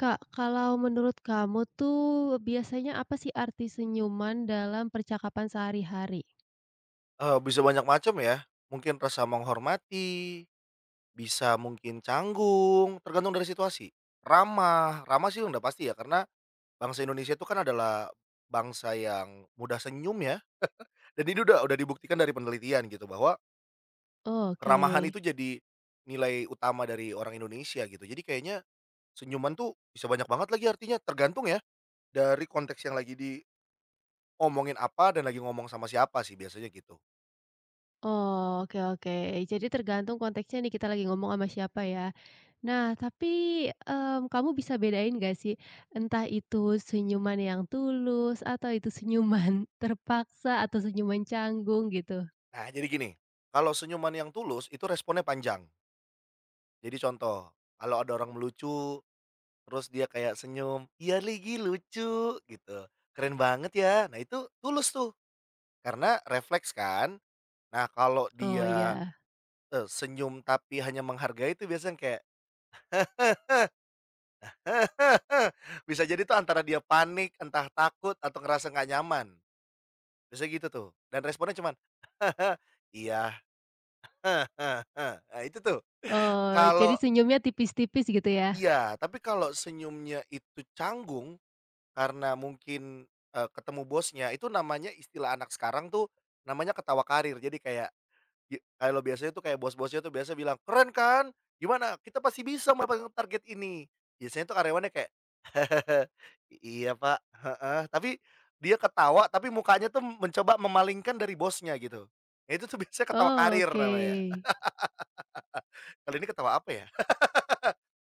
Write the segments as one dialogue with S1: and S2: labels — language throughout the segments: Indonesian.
S1: Kak, kalau menurut kamu tuh biasanya apa sih arti senyuman dalam percakapan sehari-hari?
S2: Bisa banyak macam ya, mungkin rasa menghormati, bisa mungkin canggung, tergantung dari situasi. Ramah, ramah sih udah pasti ya karena bangsa Indonesia itu kan adalah bangsa yang mudah senyum ya, dan ini udah dibuktikan dari penelitian gitu bahwa
S1: Oke.
S2: keramahan itu jadi nilai utama dari orang Indonesia gitu. Jadi kayaknya senyuman tuh bisa banyak banget lagi artinya, tergantung ya dari konteks yang lagi diomongin apa dan lagi ngomong sama siapa sih biasanya gitu.
S1: Oh, oke oke. Jadi tergantung konteksnya nih kita lagi ngomong sama siapa ya. Nah, tapi kamu bisa bedain gak sih entah itu senyuman yang tulus atau itu senyuman terpaksa atau senyuman canggung gitu?
S2: Nah jadi gini, kalau senyuman yang tulus itu responnya panjang. Jadi contoh, kalau ada orang melucu, terus dia kayak senyum, "Iya Ligi lucu," gitu, "Keren banget ya." Nah itu tulus tuh, karena refleks kan. Nah kalau
S1: Oh
S2: dia,
S1: iya.
S2: senyum tapi hanya menghargai itu biasanya kayak, bisa jadi tuh antara dia panik, entah takut atau ngerasa nggak nyaman, biasanya gitu tuh. Dan responnya cuman, "Iya, nah itu tuh.
S1: Oh, jadi
S2: Kalau
S1: senyumnya tipis-tipis gitu ya?
S2: iya, tapi kalau senyumnya itu canggung. Karena mungkin, ketemu bosnya, itu namanya istilah anak sekarang tuh, namanya ketawa karir. Jadi kayak, ye kalau biasanya tuh kayak bos-bosnya tuh biasa bilang, "Keren kan? Gimana? Kita pasti bisa mendapatkan target ini." Biasanya tuh karyawannya kayak, iya Pak, heeh." Tapi dia ketawa, tapi mukanya tuh mencoba memalingkan dari bosnya gitu. Nah itu tuh biasanya ketawa
S1: Oh,
S2: karir namanya.
S1: oke.
S2: Kali ini ketawa apa ya?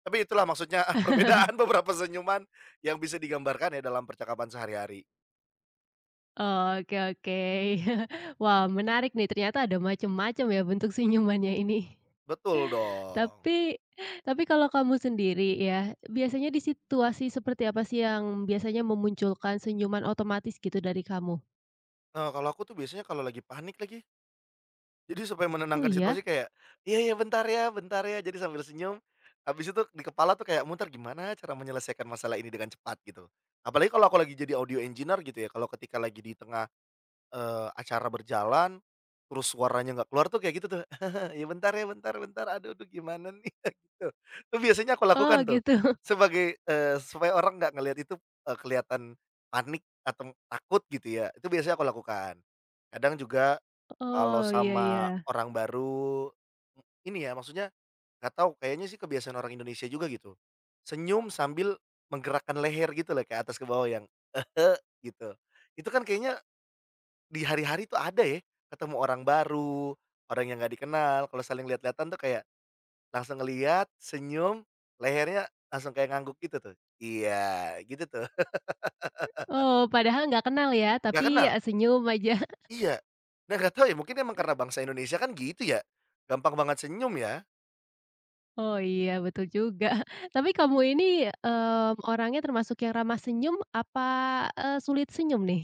S2: Tapi itulah maksudnya perbedaan beberapa senyuman yang bisa digambarkan ya dalam percakapan sehari-hari.
S1: Oke oke. Wah, menarik nih, ternyata ada macam-macam ya bentuk senyumannya ini.
S2: Betul dong.
S1: Tapi tapi kalau kamu sendiri ya, biasanya di situasi seperti apa sih yang biasanya memunculkan senyuman otomatis gitu dari kamu?
S2: Kalau aku tuh biasanya kalau lagi panik lagi, jadi supaya
S1: "Oh
S2: menenangkan situasi
S1: iya?
S2: kayak, "Iya iya, bentar ya," jadi sambil senyum, habis itu di kepala tuh kayak muter, gimana cara menyelesaikan masalah ini dengan cepat gitu. Apalagi kalau aku lagi jadi audio engineer gitu ya, kalau ketika lagi di tengah acara berjalan, terus suaranya nggak keluar tuh kayak gitu tuh, ya bentar bentar, aduh aduh gimana nih?" Gitu. Itu biasanya aku
S1: Oh
S2: lakukan tuh,
S1: gitu.
S2: sebagai supaya orang nggak ngelihat itu, kelihatan panik atau takut gitu ya, itu biasanya aku lakukan. Kadang juga kalau
S1: Oh, iya
S2: sama
S1: iya.
S2: orang baru, ini ya maksudnya nggak tahu kayaknya sih kebiasaan orang Indonesia juga gitu, senyum sambil menggerakkan leher gitu loh, kayak atas ke bawah yang, eh gitu. Itu kan kayaknya di hari-hari tuh ada ya, ketemu orang baru, orang yang nggak dikenal, kalau saling lihat-lihatan tuh kayak langsung ngelihat, senyum, lehernya langsung kayak ngangguk gitu tuh. Iya, gitu tuh.
S1: Oh, padahal nggak kenal ya,
S2: Nggak
S1: tapi,
S2: kenal.
S1: senyum aja.
S2: Iya. Nah, nggak tahu ya, mungkin emang karena bangsa Indonesia kan gitu ya, gampang banget senyum ya.
S1: Oh iya, betul juga. Tapi kamu ini, orangnya termasuk yang ramah senyum apa, sulit senyum nih?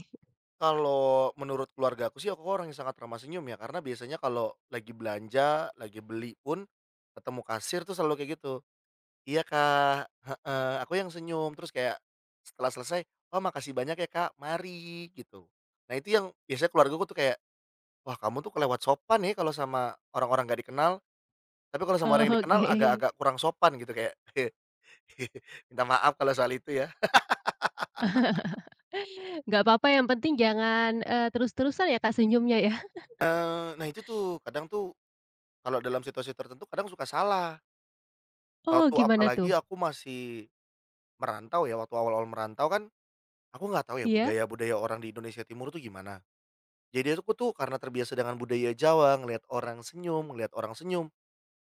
S2: Kalau menurut keluarga aku sih, aku orang yang sangat ramah senyum ya, karena biasanya kalau lagi belanja, lagi beli pun, ketemu kasir tuh selalu kayak gitu. Iya, Kak, heeh, aku yang senyum, terus kayak setelah selesai, "Oh, makasih banyak ya, Kak, mari," gitu. Nah, itu yang biasanya keluargaku tuh kayak, "Wah, kamu tuh kelewat sopan ya kalau sama orang-orang gak dikenal, tapi kalau sama orang yang dikenal
S1: Oke.
S2: agak-agak kurang sopan," gitu, kayak minta maaf kalau soal itu ya.
S1: Nggak apa-apa yang penting jangan, terus-terusan ya Kak senyumnya ya?
S2: Nah, itu tuh kadang tuh kalau dalam situasi tertentu kadang suka salah.
S1: Oh
S2: Waktu
S1: gimana
S2: apalagi
S1: tuh?
S2: aku masih merantau ya, waktu awal-awal merantau kan aku nggak tahu ya
S1: Iya?
S2: budaya-budaya orang di Indonesia Timur tuh gimana. Jadi aku tuh karena terbiasa dengan budaya Jawa, ngelihat orang senyum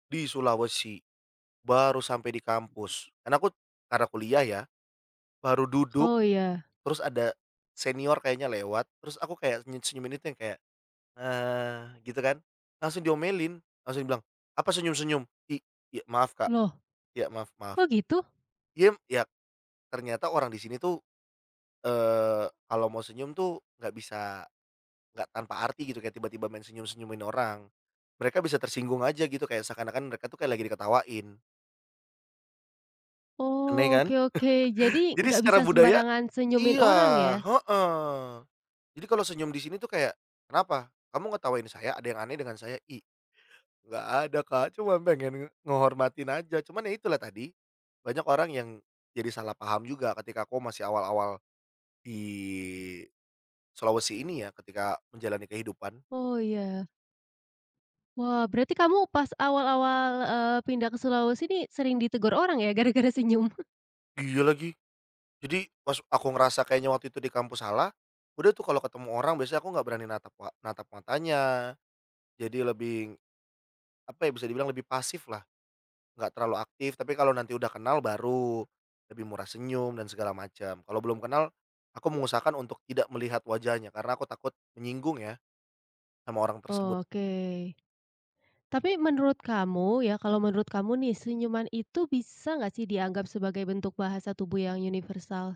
S2: di Sulawesi, baru sampai di kampus. Karena aku karena kuliah ya, baru duduk,
S1: Oh iya.
S2: terus ada senior kayaknya lewat, terus aku kayak senyum-senyumin itu yang kayak, "Ah," gitu kan. Langsung diomelin, langsung bilang "Apa senyum-senyum?" Iya maaf Kak,
S1: Loh
S2: iya maaf maaf."
S1: kok gitu?
S2: Iya, ya ternyata orang di sini tuh, kalau mau senyum tuh nggak bisa. Nggak tanpa arti gitu, kayak tiba-tiba main senyum-senyumin orang. Mereka bisa tersinggung aja gitu, kayak seakan-akan mereka tuh kayak lagi diketawain. Aneh
S1: Oh
S2: kan?
S1: oke oke, jadi
S2: Jadi
S1: nggak
S2: secara
S1: bisa
S2: budaya
S1: sembarangan senyumin orang
S2: iya,
S1: ya?
S2: heeh. Jadi kalau senyum di sini tuh kayak, "Kenapa? Kamu ngetawain saya? Ada yang aneh dengan saya?" Nggak ada Kak, cuma pengen ngehormatin aja." Cuman ya itulah tadi, banyak orang yang jadi salah paham juga ketika aku masih awal-awal di Sulawesi ini ya, ketika menjalani kehidupan.
S1: Oh iya. Wah berarti kamu pas awal-awal, pindah ke Sulawesi ini sering ditegur orang ya gara-gara senyum?
S2: Iya lagi. Jadi pas aku ngerasa kayaknya waktu itu di kampus salah, udah tuh kalau ketemu orang biasanya aku nggak berani natap matanya, jadi lebih, apa ya, bisa dibilang lebih pasif lah, nggak terlalu aktif, tapi kalau nanti udah kenal baru lebih murah senyum dan segala macam. Kalau belum kenal, aku mengusahakan untuk tidak melihat wajahnya karena aku takut menyinggung ya sama orang tersebut.
S1: Oke. Tapi menurut kamu ya kalau menurut kamu nih senyuman itu bisa nggak sih dianggap sebagai bentuk bahasa tubuh yang universal?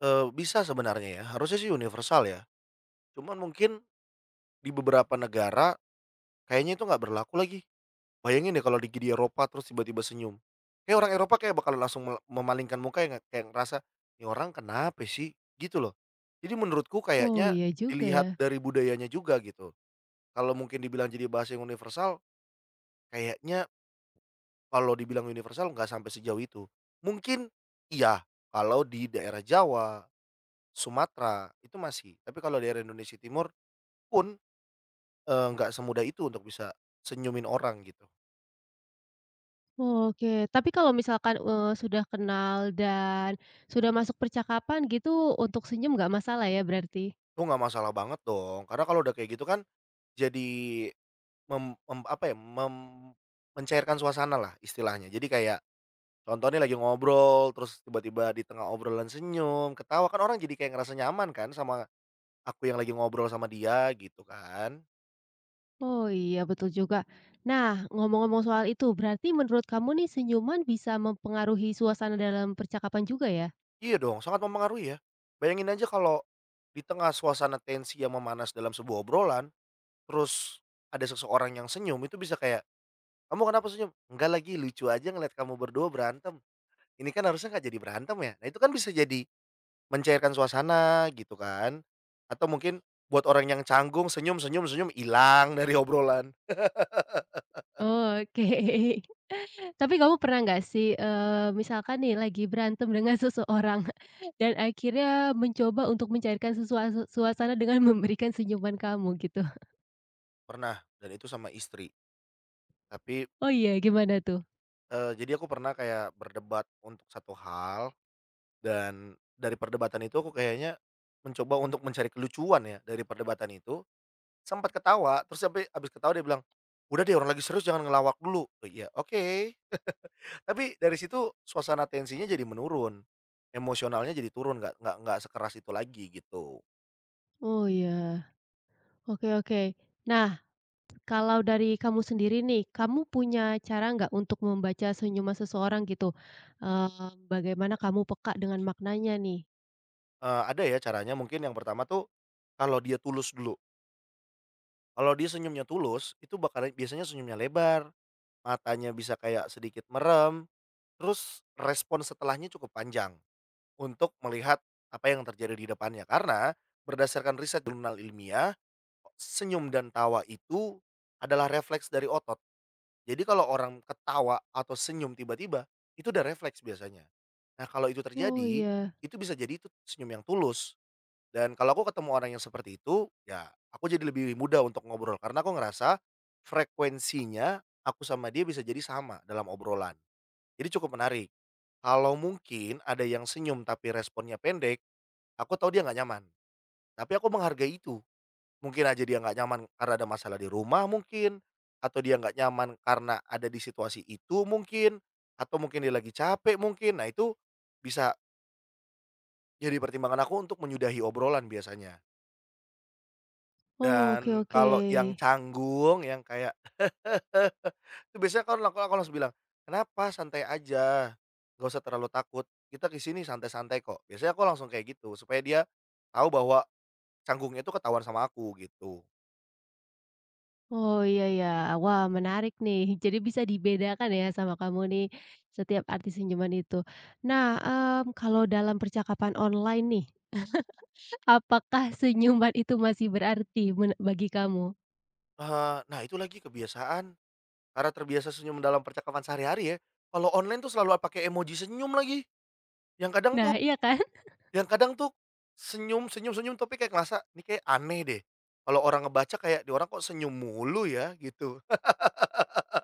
S2: Bisa sebenarnya ya, harusnya sih universal ya, cuman mungkin di beberapa negara kayaknya itu nggak berlaku lagi. Bayangin deh kalau lagi di Eropa terus tiba-tiba senyum. Kayak orang Eropa kayak bakal langsung memalingkan muka ya, kayak ngerasa, "Ini orang kenapa sih?" Gitu loh. Jadi menurutku
S1: Oh
S2: kayaknya
S1: iya juga
S2: dilihat
S1: ya.
S2: dari budayanya juga gitu. Kalau mungkin dibilang jadi bahasa yang universal, kayaknya kalau dibilang universal nggak sampai sejauh itu. Mungkin iya, kalau di daerah Jawa, Sumatera, itu masih. Tapi kalau daerah Indonesia Timur pun, nggak semudah itu untuk bisa senyumin orang gitu.
S1: Oke, tapi kalau misalkan, sudah kenal dan sudah masuk percakapan gitu untuk senyum nggak masalah ya berarti?
S2: Itu nggak masalah banget dong, karena kalau udah kayak gitu kan, jadi mem mem apa ya, mem mencairkan suasana lah istilahnya. Jadi kayak contohnya lagi ngobrol, terus tiba-tiba di tengah obrolan senyum, ketawa, kan orang jadi kayak ngerasa nyaman kan sama aku yang lagi ngobrol sama dia gitu kan.
S1: Oh iya betul juga. Nah ngomong-ngomong soal itu berarti menurut kamu nih senyuman bisa mempengaruhi suasana dalam percakapan juga ya?
S2: Iya dong, sangat mempengaruhi ya. Bayangin aja kalau di tengah suasana tensi yang memanas dalam sebuah obrolan, terus ada seseorang yang senyum, itu bisa kayak, "Kamu kenapa senyum?" "Enggak lagi, lucu aja ngeliat kamu berdua berantem." Ini kan harusnya nggak jadi berantem ya. Nah, itu kan bisa jadi mencairkan suasana gitu kan, atau mungkin buat orang yang canggung senyum senyum senyum hilang dari obrolan.
S1: Oke. Tapi kamu pernah nggak sih, misalkan nih lagi berantem dengan seseorang dan akhirnya mencoba untuk mencairkan suasana dengan memberikan senyuman kamu gitu?
S2: Pernah, dan itu sama istri. Tapi,
S1: Oh iya gimana tuh?
S2: jadi aku pernah kayak berdebat untuk satu hal dan dari perdebatan itu aku kayaknya mencoba untuk mencari kelucuan ya dari perdebatan itu, sempat ketawa terus sampai habis ketawa dia bilang, "Udah deh orang lagi serius jangan ngelawak dulu." Oh, iya, oke. Tapi dari situ suasana tensinya jadi menurun, emosionalnya jadi turun, nggak sekeras itu lagi gitu.
S1: Oh iya. Oke oke. Nah, kalau dari kamu sendiri nih, kamu punya cara nggak untuk membaca senyuman seseorang gitu? Eee, Bagaimana kamu peka dengan maknanya nih?
S2: Ada ya caranya mungkin yang pertama tuh, kalau dia tulus dulu, kalau dia senyumnya tulus, itu bakalan biasanya senyumnya lebar, matanya bisa kayak sedikit merem, terus respon setelahnya cukup panjang untuk melihat apa yang terjadi di depannya. Karena berdasarkan riset jurnal ilmiah, senyum dan tawa itu adalah refleks dari otot. Jadi kalau orang ketawa atau senyum tiba-tiba, itu udah refleks biasanya. Nah, kalau itu
S1: Oh
S2: terjadi,
S1: iya.
S2: itu bisa jadi itu senyum yang tulus. Dan kalau aku ketemu orang yang seperti itu, ya aku jadi lebih mudah untuk ngobrol karena aku ngerasa frekuensinya aku sama dia bisa jadi sama dalam obrolan. Jadi cukup menarik. Kalau mungkin ada yang senyum tapi responnya pendek, aku tahu dia nggak nyaman. Tapi aku menghargai itu. Mungkin aja dia nggak nyaman karena ada masalah di rumah mungkin, atau dia nggak nyaman karena ada di situasi itu mungkin, atau mungkin dia lagi capek mungkin. Nah itu bisa jadi pertimbangan aku untuk menyudahi obrolan biasanya.
S1: Oh, oke
S2: Dan
S1: oke.
S2: kalau yang canggung, yang kayak itu biasanya kalau aku langsung bilang, "Kenapa? Santai aja, nggak usah terlalu takut. Kita di sini santai-santai kok." Biasanya aku langsung kayak gitu supaya dia tahu bahwa canggungnya itu ketahuan sama aku gitu.
S1: Oh iya ya. Wah menarik nih. Jadi bisa dibedakan ya sama kamu nih, setiap arti senyuman itu. Nah, kalau dalam percakapan online nih, apakah senyuman itu masih berarti bagi kamu?
S2: Nah itu lagi kebiasaan. Karena terbiasa senyum dalam percakapan sehari-hari ya, kalau online tuh selalu pakai emoji senyum lagi, yang kadang tuh
S1: Nah, iya kan?
S2: yang kadang tuh senyum senyum senyum tapi kayak ngerasa, "Ini kayak aneh deh." Kalau orang ngebaca kayak, di orang kok senyum mulu ya?" Gitu.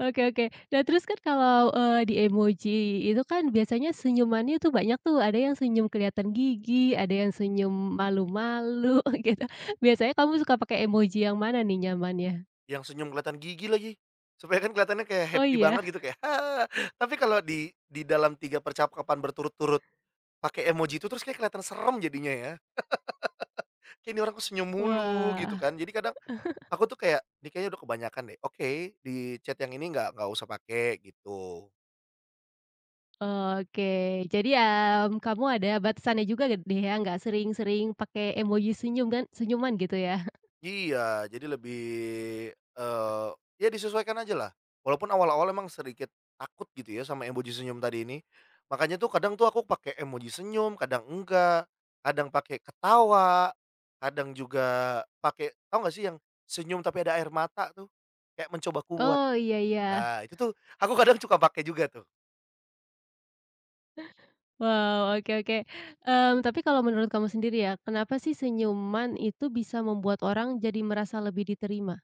S1: Oke oke. Nah terus kan kalau, di emoji itu kan biasanya senyumannya tuh banyak tuh, ada yang senyum kelihatan gigi, ada yang senyum malu-malu gitu. Biasanya kamu suka pakai emoji yang mana nih nyamannya?
S2: Yang senyum kelihatan gigi lagi, supaya kan kelihatannya kayak
S1: Oh
S2: happy banget
S1: iya?
S2: gitu kayak, "Hahaha." Tapi kalau di dalam 3 percakapan berturut-turut pakai emoji itu terus kayak kelihatan serem jadinya ya, kayak, "Ini orang kok senyum mulu?" Gitu
S1: Wah,
S2: kan. Jadi kadang aku tuh kayak, "Ini kayaknya udah kebanyakan deh, oke di chat yang ini nggak usah pakai," gitu.
S1: oke. Jadi, kamu ada batasannya juga deh ya, nggak sering-sering pakai emoji senyuman gitu ya?
S2: Iya, jadi lebih, eee, ya disesuaikan aja lah. Walaupun awal-awal emang sedikit takut gitu ya sama emoji senyum tadi ini, makanya tuh kadang tuh aku pakai emoji senyum, kadang enggak, kadang pakai ketawa, kadang juga pakai tau gak sih yang senyum tapi ada air mata tuh? Kayak mencoba kuat.
S1: Oh, iya iya.
S2: Nah, itu tuh aku kadang suka pakai juga tuh.
S1: Wow, oke oke. Tapi kalau menurut kamu sendiri ya, kenapa sih senyuman itu bisa membuat orang jadi merasa lebih diterima?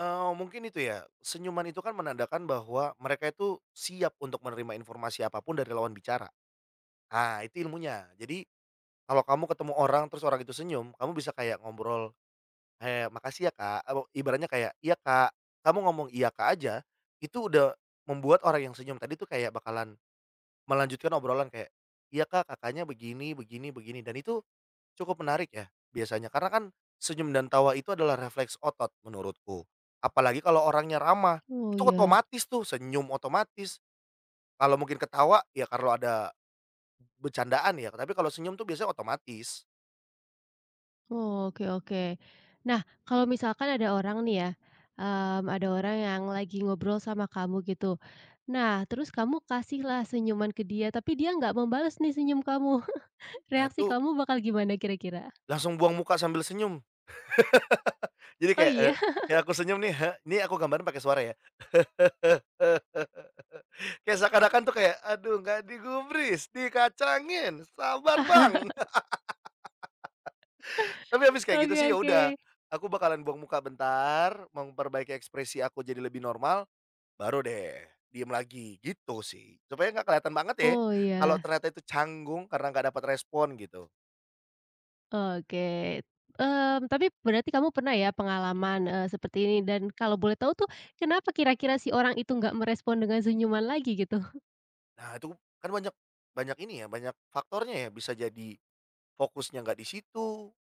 S2: Mungkin itu ya, senyuman itu kan menandakan bahwa mereka itu siap untuk menerima informasi apapun dari lawan bicara. Ah, itu ilmunya. Jadi, kalau kamu ketemu orang terus orang itu senyum, kamu bisa kayak ngobrol, kayak, "Makasih ya, Kak," atau ibaratnya kayak, "Iya, Kak." Kamu ngomong, "Iya, Kak," aja, itu udah membuat orang yang senyum tadi tuh kayak bakalan melanjutkan obrolan kayak, "Iya, Kak, Kakaknya begini begini begini," dan itu cukup menarik ya, biasanya. Karena kan senyum dan tawa itu adalah refleks otot menurutku. Apalagi kalau orangnya ramah,
S1: Oh
S2: itu
S1: ya,
S2: otomatis tuh senyum otomatis. Kalau mungkin ketawa ya kalau ada bercandaan ya, tapi kalau senyum tuh biasanya otomatis.
S1: oh, oke oke. Nah, kalau misalkan ada orang nih ya, ada orang yang lagi ngobrol sama kamu gitu. Nah, terus kamu kasihlah senyuman ke dia, tapi dia nggak membalas nih senyum kamu.
S2: Nah
S1: Reaksi
S2: itu
S1: kamu bakal gimana kira-kira?
S2: langsung buang muka sambil senyum. Jadi
S1: Oh
S2: kayak,
S1: iya?
S2: kayak aku senyum nih, heeh, ini aku gambarin pakai suara ya. Kayak seakan-akan tuh kayak, "Aduh nggak digubris, dikacangin, sabar Bang." Tapi habis kayak gitu
S1: Oke
S2: sih ya
S1: oke.
S2: udah, aku bakalan buang muka bentar, memperbaiki ekspresi aku jadi lebih normal, baru deh diem lagi, gitu sih. Supaya nggak kelihatan banget ya,
S1: Oh
S2: kalau
S1: iya.
S2: ternyata itu canggung karena nggak dapat respon gitu.
S1: Oke, tapi berarti kamu pernah ya pengalaman, seperti ini dan kalau boleh tahu tuh kenapa kira-kira si orang itu nggak merespon dengan senyuman lagi gitu?
S2: Nah itu kan banyak banyak ini ya, banyak faktornya ya, bisa jadi fokusnya nggak di situ,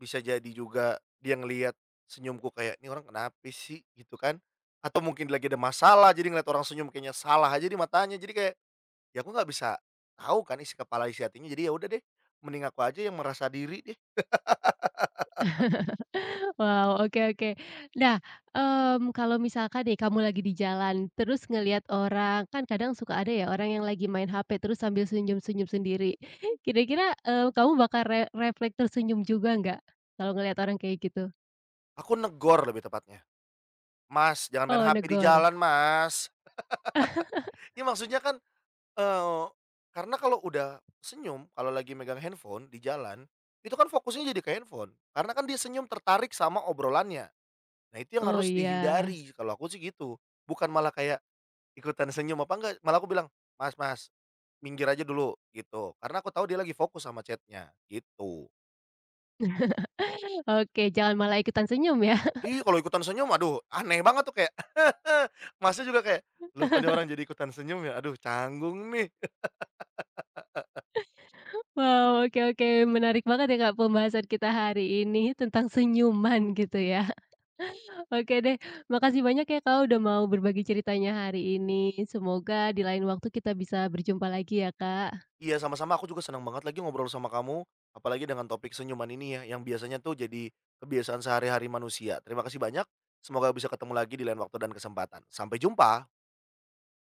S2: bisa jadi juga dia ngelihat senyumku kayak, "Ini orang kenapa sih?" Gitu kan. Atau mungkin lagi ada masalah, jadi ngeliat orang senyum kayaknya salah aja di matanya, jadi kayak ya aku nggak bisa tahu kan isi kepala, isi hatinya, jadi ya udah deh, mending aku aja yang merasa diri deh.
S1: Wow, oke oke. Nah, kalau misalkan nih kamu lagi di jalan terus ngelihat orang, kan kadang suka ada ya orang yang lagi main HP terus sambil senyum-senyum sendiri. Kira-kira, kamu bakal refleks tersenyum juga nggak kalau ngelihat orang kayak gitu?
S2: Aku negor lebih tepatnya, "Mas, jangan main
S1: Oh,
S2: HP di
S1: negor.
S2: jalan, Mas." Ya maksudnya kan, eee, karena kalau udah senyum, kalau lagi megang handphone di jalan, itu kan fokusnya jadi ke handphone, karena kan dia senyum tertarik sama obrolannya. Nah itu yang
S1: Oh
S2: harus
S1: iya.
S2: dihindari, kalau aku sih gitu. Bukan malah kayak ikutan senyum apa enggak, malah aku bilang, "Mas Mas, minggir aja dulu," gitu. Karena aku tahu dia lagi fokus sama chatnya gitu.
S1: Oke, jangan malah ikutan senyum ya.
S2: Ih, kalau ikutan senyum, aduh aneh banget tuh kayak, Masnya juga kayak, "Loh kok ini orang jadi ikutan senyum ya? Aduh canggung nih."
S1: Wow, oke oke, menarik banget ya, Kak, pembahasan kita hari ini tentang senyuman gitu ya. Oke deh, makasih banyak ya, Kak, udah mau berbagi ceritanya hari ini. Semoga di lain waktu kita bisa berjumpa lagi ya, Kak.
S2: Iya sama-sama aku juga senang banget lagi ngobrol sama kamu, apalagi dengan topik senyuman ini ya, yang biasanya tuh jadi kebiasaan sehari-hari manusia. Terima kasih banyak, semoga bisa ketemu lagi di lain waktu dan kesempatan. Sampai jumpa.